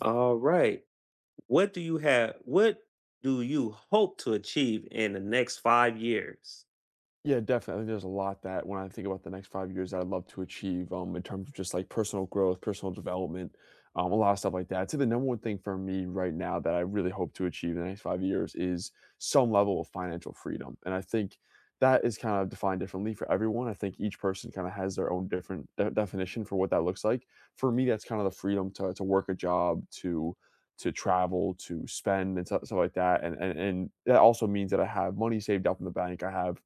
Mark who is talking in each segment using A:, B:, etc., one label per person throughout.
A: All right. What do you hope to achieve in the next 5 years?
B: Yeah, definitely. I think there's a lot that when I think about the next 5 years that I'd love to achieve in terms of just like personal growth, personal development, a lot of stuff like that. So the number one thing for me right now that I really hope to achieve in the next 5 years is some level of financial freedom. And I think that is kind of defined differently for everyone. I think each person kind of has their own different definition for what that looks like. For me, that's kind of the freedom to work a job, to travel, to spend and stuff like that. And that also means that I have money saved up in the bank. I have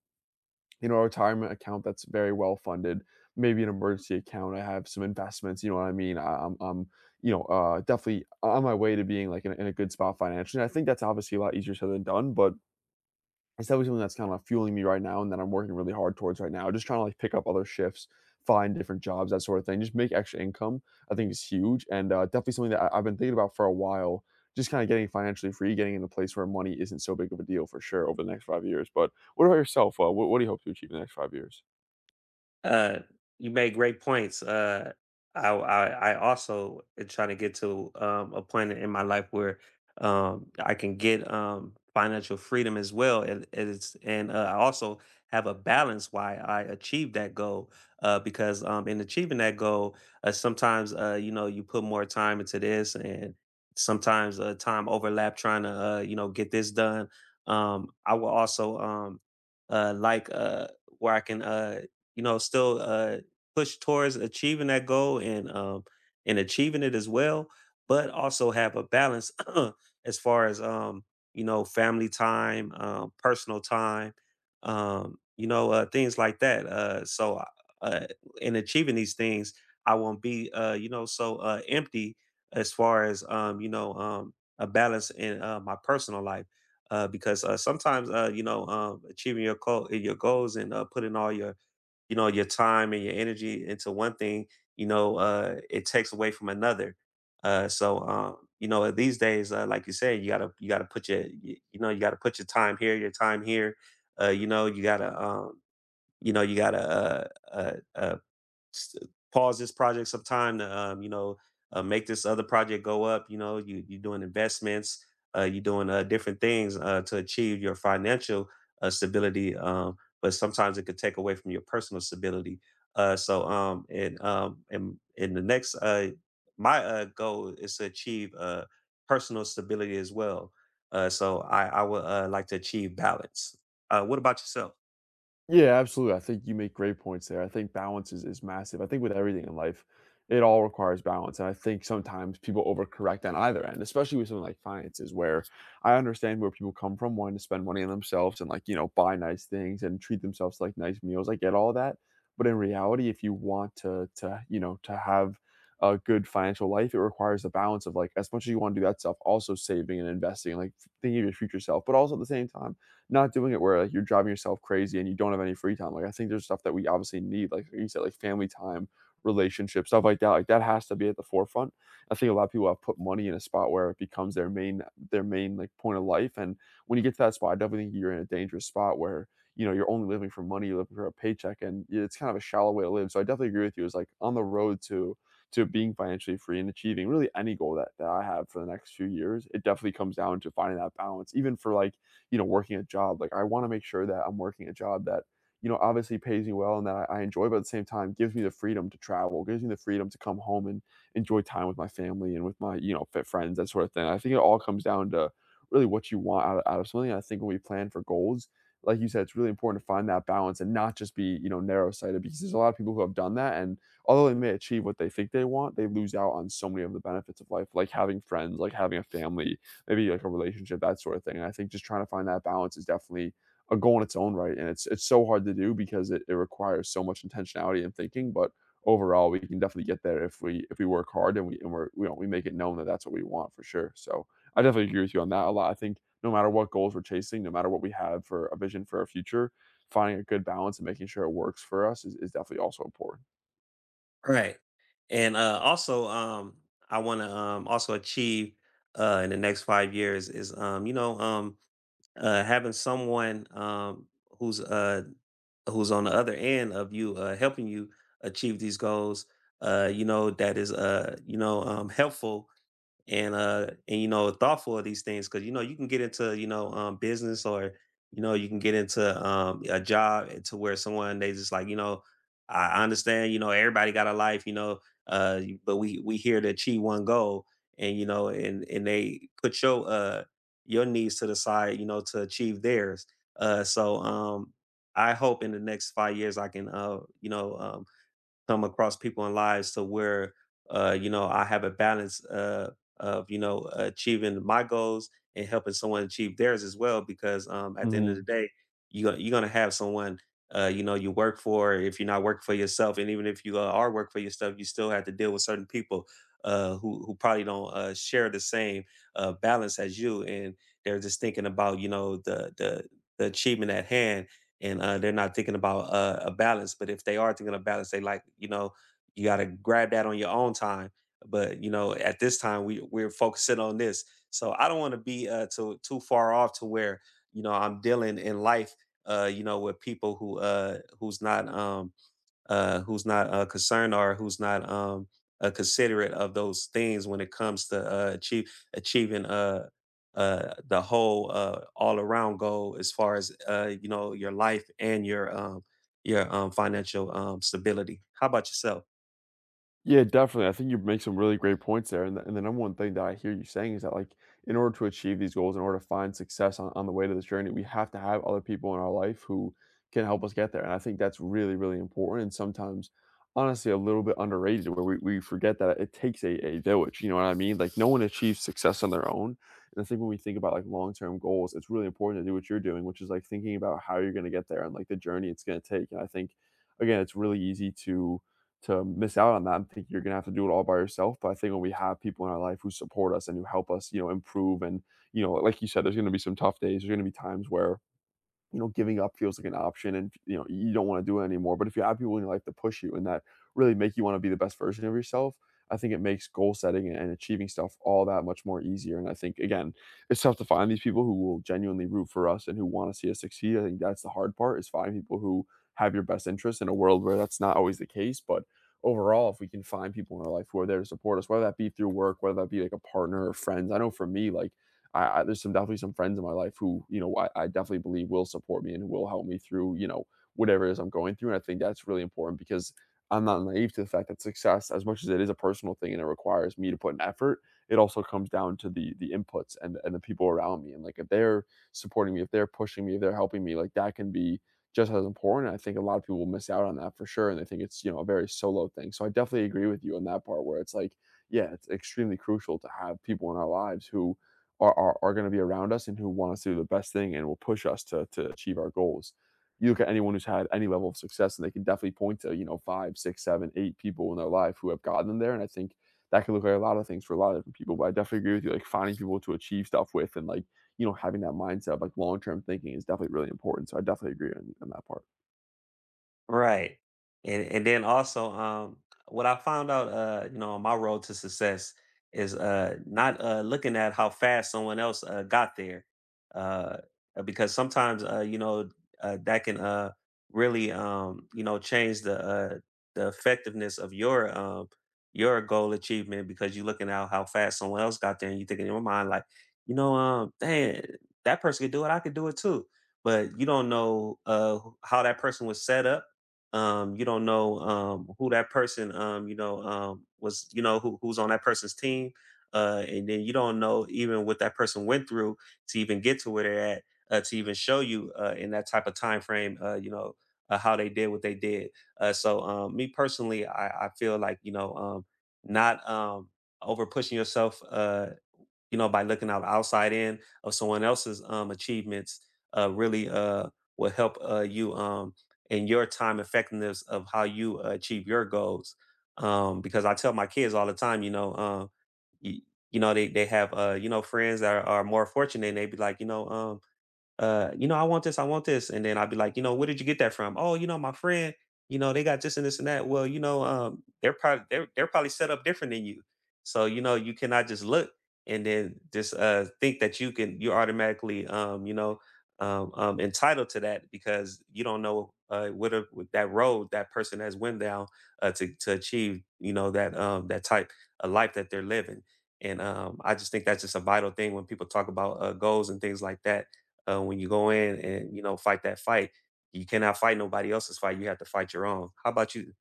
B: a retirement account that's very well funded, maybe an emergency account. I have some investments, you know what I mean? I'm definitely on my way to being like in a good spot financially. And I think that's obviously a lot easier said than done, but it's definitely something that's kinda fueling me right now and that I'm working really hard towards right now. Just trying to, like, pick up other shifts, find different jobs, that sort of thing. Just make extra income, I think is huge, and, definitely something that I've been thinking about for a while, just kinda getting financially free, getting in a place where money isn't so big of a deal for sure over the next 5 years, but what about yourself? What do you hope to achieve in the next 5 years?
A: Uh, you made great points. I I, I also am trying to get to a point in my life where I can get financial freedom as well, and I also have a balance why I achieve that goal. Because in achieving that goal, sometimes you know, you put more time into this, and sometimes time overlap trying to you know, get this done. I will also uh, like uh, where I can you know, still push towards achieving that goal, and and achieving it as well, but also have a balance as far as you know, family time, personal time, things like that. So, uh, in achieving these things, I won't be, you know, so empty as far as a balance in my personal life. Because sometimes you know, achieving your goals, and putting all your, you know, your time and your energy into one thing, you know, it takes away from another. So, you know, these days, like you said, you gotta put your, you know, you gotta put your time here, your time here. You know, you gotta, you know, you gotta uh, uh, s- pause this project some time to you know, make this other project go up. You know, you, you're doing investments, you're doing different things to achieve your financial stability, but sometimes it could take away from your personal stability. And in the next my goal is to achieve personal stability as well. So I would like to achieve balance. What about yourself?
B: Yeah, absolutely. I think you make great points there. I think balance is massive. I think with everything in life, it all requires balance, and I think sometimes people overcorrect on either end, especially with something like finances, where I understand where people come from wanting to spend money on themselves and like buy nice things and treat themselves to, like, nice meals. I get all that, but in reality, if you want to to have a good financial life, it requires a balance of like as much as you want to do that stuff, also saving and investing, like thinking of your future self, but also at the same time not doing it where like you're driving yourself crazy and you don't have any free time. Like I think there's stuff that we obviously need, like you said, like family time, relationships, stuff like that. Like that has to be at the forefront. I think a lot of people have put money in a spot where it becomes their main like point of life. And when you get to that spot, I definitely think you're in a dangerous spot where you're only living for money, you're living for a paycheck, and it's kind of a shallow way to live. So I definitely agree with you. It's like on the road to being financially free and achieving really any goal that I have for the next few years, it definitely comes down to finding that balance, even for like working a job. Like I want to make sure that I'm working a job that, obviously pays me well and that I enjoy, but at the same time gives me the freedom to travel, gives me the freedom to come home and enjoy time with my family and with my, fit friends, that sort of thing. I think it all comes down to really what you want out of something. And I think when we plan for goals, like you said, it's really important to find that balance and not just be, narrow sighted because there's a lot of people who have done that. And although they may achieve what they think they want, they lose out on so many of the benefits of life, like having friends, like having a family, maybe like a relationship, that sort of thing. And I think just trying to find that balance is definitely a goal in its own right. And it's so hard to do because it requires so much intentionality and thinking. But overall, we can definitely get there if we work hard and we're we make it known that that's what we want for sure. So I definitely agree with you on that a lot. I think no matter what goals we're chasing, no matter what we have for a vision for our future, finding a good balance and making sure it works for us is definitely also important.
A: Right. And also, I wanna, also achieve, in the next 5 years, is having someone, who's, uh, who's on the other end of you, helping you achieve these goals, you know, that is, helpful and you know, thoughtful of these things. Because you know, you can get into, you know, business, or you know, you can get into a job to where someone, they just, like, you know, I understand, you know, everybody got a life, you know. But we here to achieve one goal, and you know, and they put your, your needs to the side, you know, to achieve theirs. uh so um I hope in the next 5 years I can, you know, come across people in lives to where you know, I have a balance of, you know, achieving my goals and helping someone achieve theirs as well. Because at the end of the
B: Mhm.
A: day, you're gonna have someone you know, you work for. If you're not working for yourself, and even if you are working for yourself, you still have to deal with certain people, who probably don't share the same balance as you, and they're just thinking about, you know, the the achievement at hand, and they're not thinking about a balance. But if they are thinking of balance, they, like, you know, you got to grab that on your own time. But you know, at this time we're focusing on this, so I don't want to be too far off to where, you know, I'm dealing in life, you know, with people who who's not concerned, or who's not considerate of those things when it comes to achieving the whole all around goal as far as you know, your life and your financial stability. How about yourself?
B: Yeah, definitely. I think you make some really great points there. And the number one thing that I hear you saying is that, like, in order to achieve these goals, in order to find success on the way to this journey, we have to have other people in our life who can help us get there. And I think that's really, really important. And sometimes, honestly, a little bit underrated where we forget that it takes a village. You know what I mean? Like, no one achieves success on their own. And I think when we think about like long term goals, it's really important to do what you're doing, which is like thinking about how you're going to get there and like the journey it's going to take. And I think, again, it's really easy to miss out on that and think you're gonna have to do it all by yourself. But I think when we have people in our life who support us and who help us, improve and, like you said, there's gonna be some tough days. There's gonna be times where, giving up feels like an option and you don't want to do it anymore. But if you have people in your life to push you and that really make you want to be the best version of yourself, I think it makes goal setting and achieving stuff all that much more easier. And I think again, it's tough to find these people who will genuinely root for us and who want to see us succeed. I think that's the hard part is finding people who have your best interests in a world where that's not always the case. But overall, if we can find people in our life who are there to support us, whether that be through work, whether that be like a partner or friends. I know for me, like I there's some definitely some friends in my life who I definitely believe will support me and will help me through whatever it is I'm going through, and I think that's really important because I'm not naive to the fact that success, as much as it is a personal thing and it requires me to put an effort, it also comes down to the inputs and the people around me, and like if they're supporting me, if they're pushing me, if they're helping me, like that can be just as important. I think a lot of people will miss out on that for sure, and they think it's a very solo thing. So I definitely agree with you on that part where it's like, yeah, it's extremely crucial to have people in our lives who are going to be around us and who want us to do the best thing and will push us to achieve our goals. You look at anyone who's had any level of success, and they can definitely point to five, six, seven, eight people in their life who have gotten them there. And I think that could look like a lot of things for a lot of different people. But I definitely agree with you, like finding people to achieve stuff with, and like having that mindset, of, like, long term thinking, is definitely really important. So I definitely agree on that part.
A: Right. And then also, what I found out, you know, on my road to success is not looking at how fast someone else got there. Uh because sometimes you know, that can really you know, change the effectiveness of your goal achievement, because you're looking at how fast someone else got there, and you thinking in your mind, like, you know, dang, that person could do it, I could do it too. But you don't know how that person was set up. You don't know who that person, was, you know, who's on that person's team. And then you don't know even what that person went through to even get to where they're at, to even show you in that type of time frame, how they did what they did. Me personally, I feel like, you know, not over pushing yourself. You know, by looking outside in of someone else's achievements really will help you in your time effectiveness of how you achieve your goals, because I tell my kids all the time, you know, you, you know, they have, you know, friends that are more fortunate, and they be like, you know, you know, I want this, I want this. And then I'd be like, you know, where did you get that from? Oh, you know, my friend, you know, they got this and this and that. Well, you know, they're probably, they're probably set up different than you. So, you know, you cannot just look and then just think that you're automatically, entitled to that, because you don't know what what that road that person has went down to achieve, you know, that that type of life that they're living. And I just think that's just a vital thing when people talk about goals and things like that, when you go in and, you know, fight that fight. You cannot fight nobody else's fight. You have to fight your own. How about you?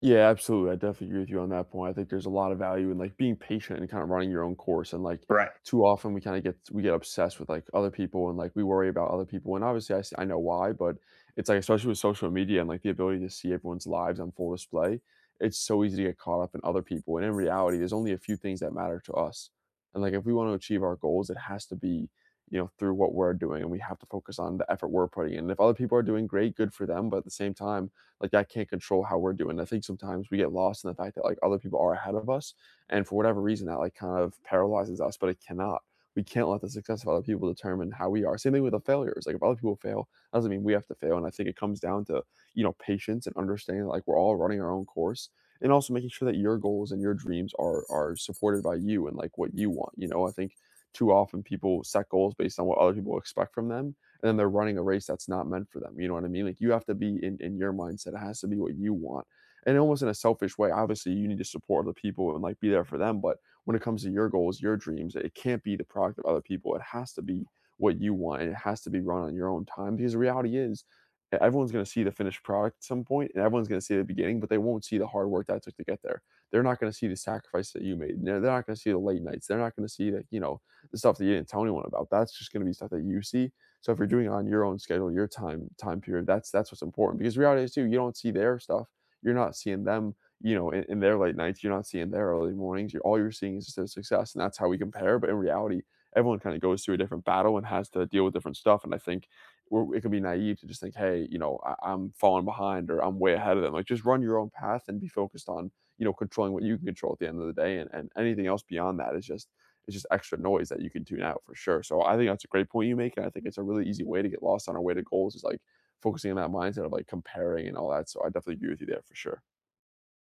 B: Yeah, absolutely. I definitely agree with you on that point. I think there's a lot of value in like being patient and kind of running your own course. And like
A: Right.
B: too often we get obsessed with like other people and like we worry about other people. And obviously I know why, but it's like especially with social media and like the ability to see everyone's lives on full display, it's so easy to get caught up in other people. And in reality, there's only a few things that matter to us. And like if we want to achieve our goals, it has to be through what we're doing, and we have to focus on the effort we're putting in. And if other people are doing great, good for them. But at the same time, like, I can't control how we're doing. I think sometimes we get lost in the fact that like other people are ahead of us, and for whatever reason, that like kind of paralyzes us. But it cannot. We can't let the success of other people determine how we are. Same thing with the failures. Like if other people fail, that doesn't mean we have to fail. And I think it comes down to patience and understanding, like we're all running our own course, and also making sure that your goals and your dreams are supported by you and like what you want. You know, I think too often people set goals based on what other people expect from them, and then they're running a race that's not meant for them. You know what I mean? Like you have to be in your mindset. It has to be what you want. And almost in a selfish way, obviously you need to support other people and like be there for them. But when it comes to your goals, your dreams, it can't be the product of other people. It has to be what you want, and it has to be run on your own time, because the reality is everyone's going to see the finished product at some point, and everyone's going to see the beginning, but they won't see the hard work that it took to get there. They're not going to see the sacrifice that you made. They're not going to see the late nights. They're not going to see the stuff that you didn't tell anyone about. That's just going to be stuff that you see. So if you're doing it on your own schedule, your time period, that's what's important. Because reality is too, you don't see their stuff. You're not seeing them, you know, in their late nights. You're not seeing their early mornings. You're, all you're seeing is just their success, and that's how we compare. But in reality, everyone kind of goes through a different battle and has to deal with different stuff. And I think it can be naive to just think, hey, you know, I'm falling behind or I'm way ahead of them. Like just run your own path and be focused on, you know, controlling what you can control at the end of the day. And anything else beyond that is just, it's just extra noise that you can tune out for sure. So I think that's a great point you make, and I think it's a really easy way to get lost on our way to goals is like focusing on that mindset of like comparing and all that. So I definitely agree with you there for sure.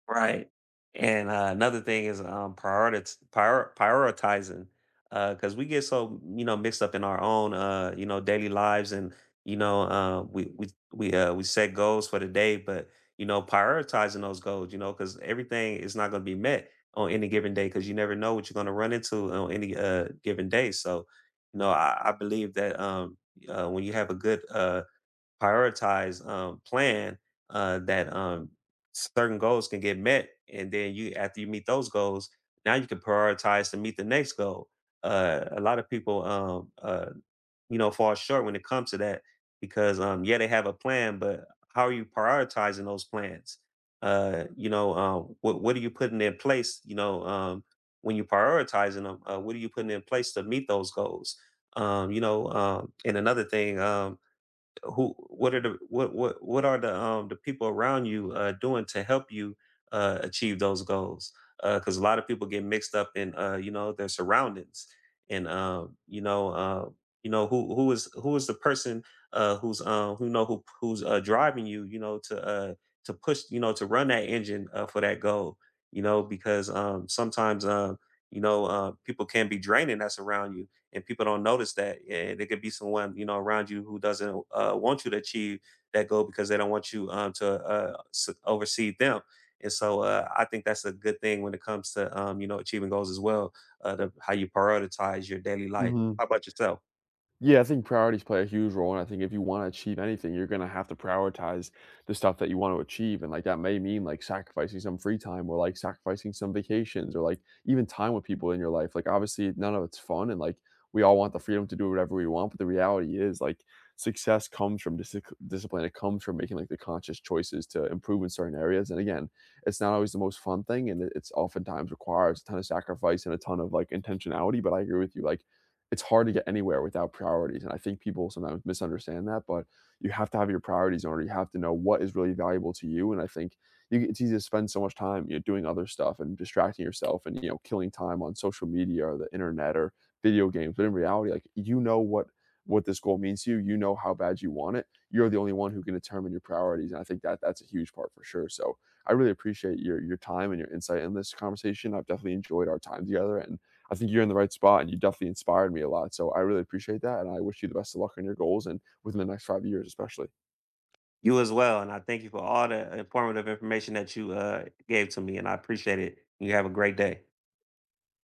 A: Right, and another thing is, prioritis prior prioritizing, because we get so, you know, mixed up in our own, you know, daily lives, and you know, we set goals for the day, but you know, prioritizing those goals, you know, because everything is not gonna be met on any given day, because you never know what you're gonna run into on any, given day. So, you know, I believe that, when you have a good, prioritize, plan, uh, that, um, certain goals can get met, and then you, after you meet those goals, now you can prioritize to meet the next goal. A lot of people, you know, fall short when it comes to that, because, yeah, they have a plan, but how are you prioritizing those plans? You know, what are you putting in place? You know, when you're prioritizing them, what are you putting in place to meet those goals? You know, and another thing, who what are the, what are the, the people around you doing to help you achieve those goals, because a lot of people get mixed up in, you know, their surroundings, and you know, who is, who is the person who's driving you, you know, to push, you know, to run that engine for that goal. You know, because sometimes you know, people can be draining that's around you, and people don't notice that. And it could be someone, you know, around you who doesn't want you to achieve that goal, because they don't want you to oversee them. And so I think that's a good thing when it comes to you know, achieving goals as well. How you prioritize your daily life.
B: Mhm.
A: How about yourself?
B: Yeah, I think priorities play a huge role, and I think if you wanna achieve anything, you're gonna have to prioritize the stuff that you want to achieve, and, like, that may mean, like, sacrificing some free time or, like, sacrificing some vacations or, like, even time with people in your life, like, obviously, none of it's fun, and, like, we all want the freedom to do whatever we want, but the reality is, like, success comes from discipline. It comes from making, like, the conscious choices to improve in certain areas, and again, it's not always the most fun thing, and it's oftentimes requires a ton of sacrifice and a ton of, like, intentionality, but I agree with you, like, it's hard to get anywhere without priorities, and I think people sometimes misunderstand that, but you have to have your priorities in order, you have to know what is really valuable to you, and I think you it's easy to spend so much time, you know, doing other stuff and distracting yourself and, you know, killing time on social media or the internet or video games, but in reality, like, you know what this goal means to you, you know how bad you want it, you're the only one who can determine your priorities, and I think that that's a huge part for sure. So I really appreciate your time and your insight in this conversation. I've definitely enjoyed our time together, and I think you're in the right spot and you definitely inspired me a lot. So I really appreciate that. And I wish you the best of luck on your goals, and within the next 5 years, especially.
A: You as well. And I thank you for all the informative information that you gave to me, and I appreciate it. You have a great day.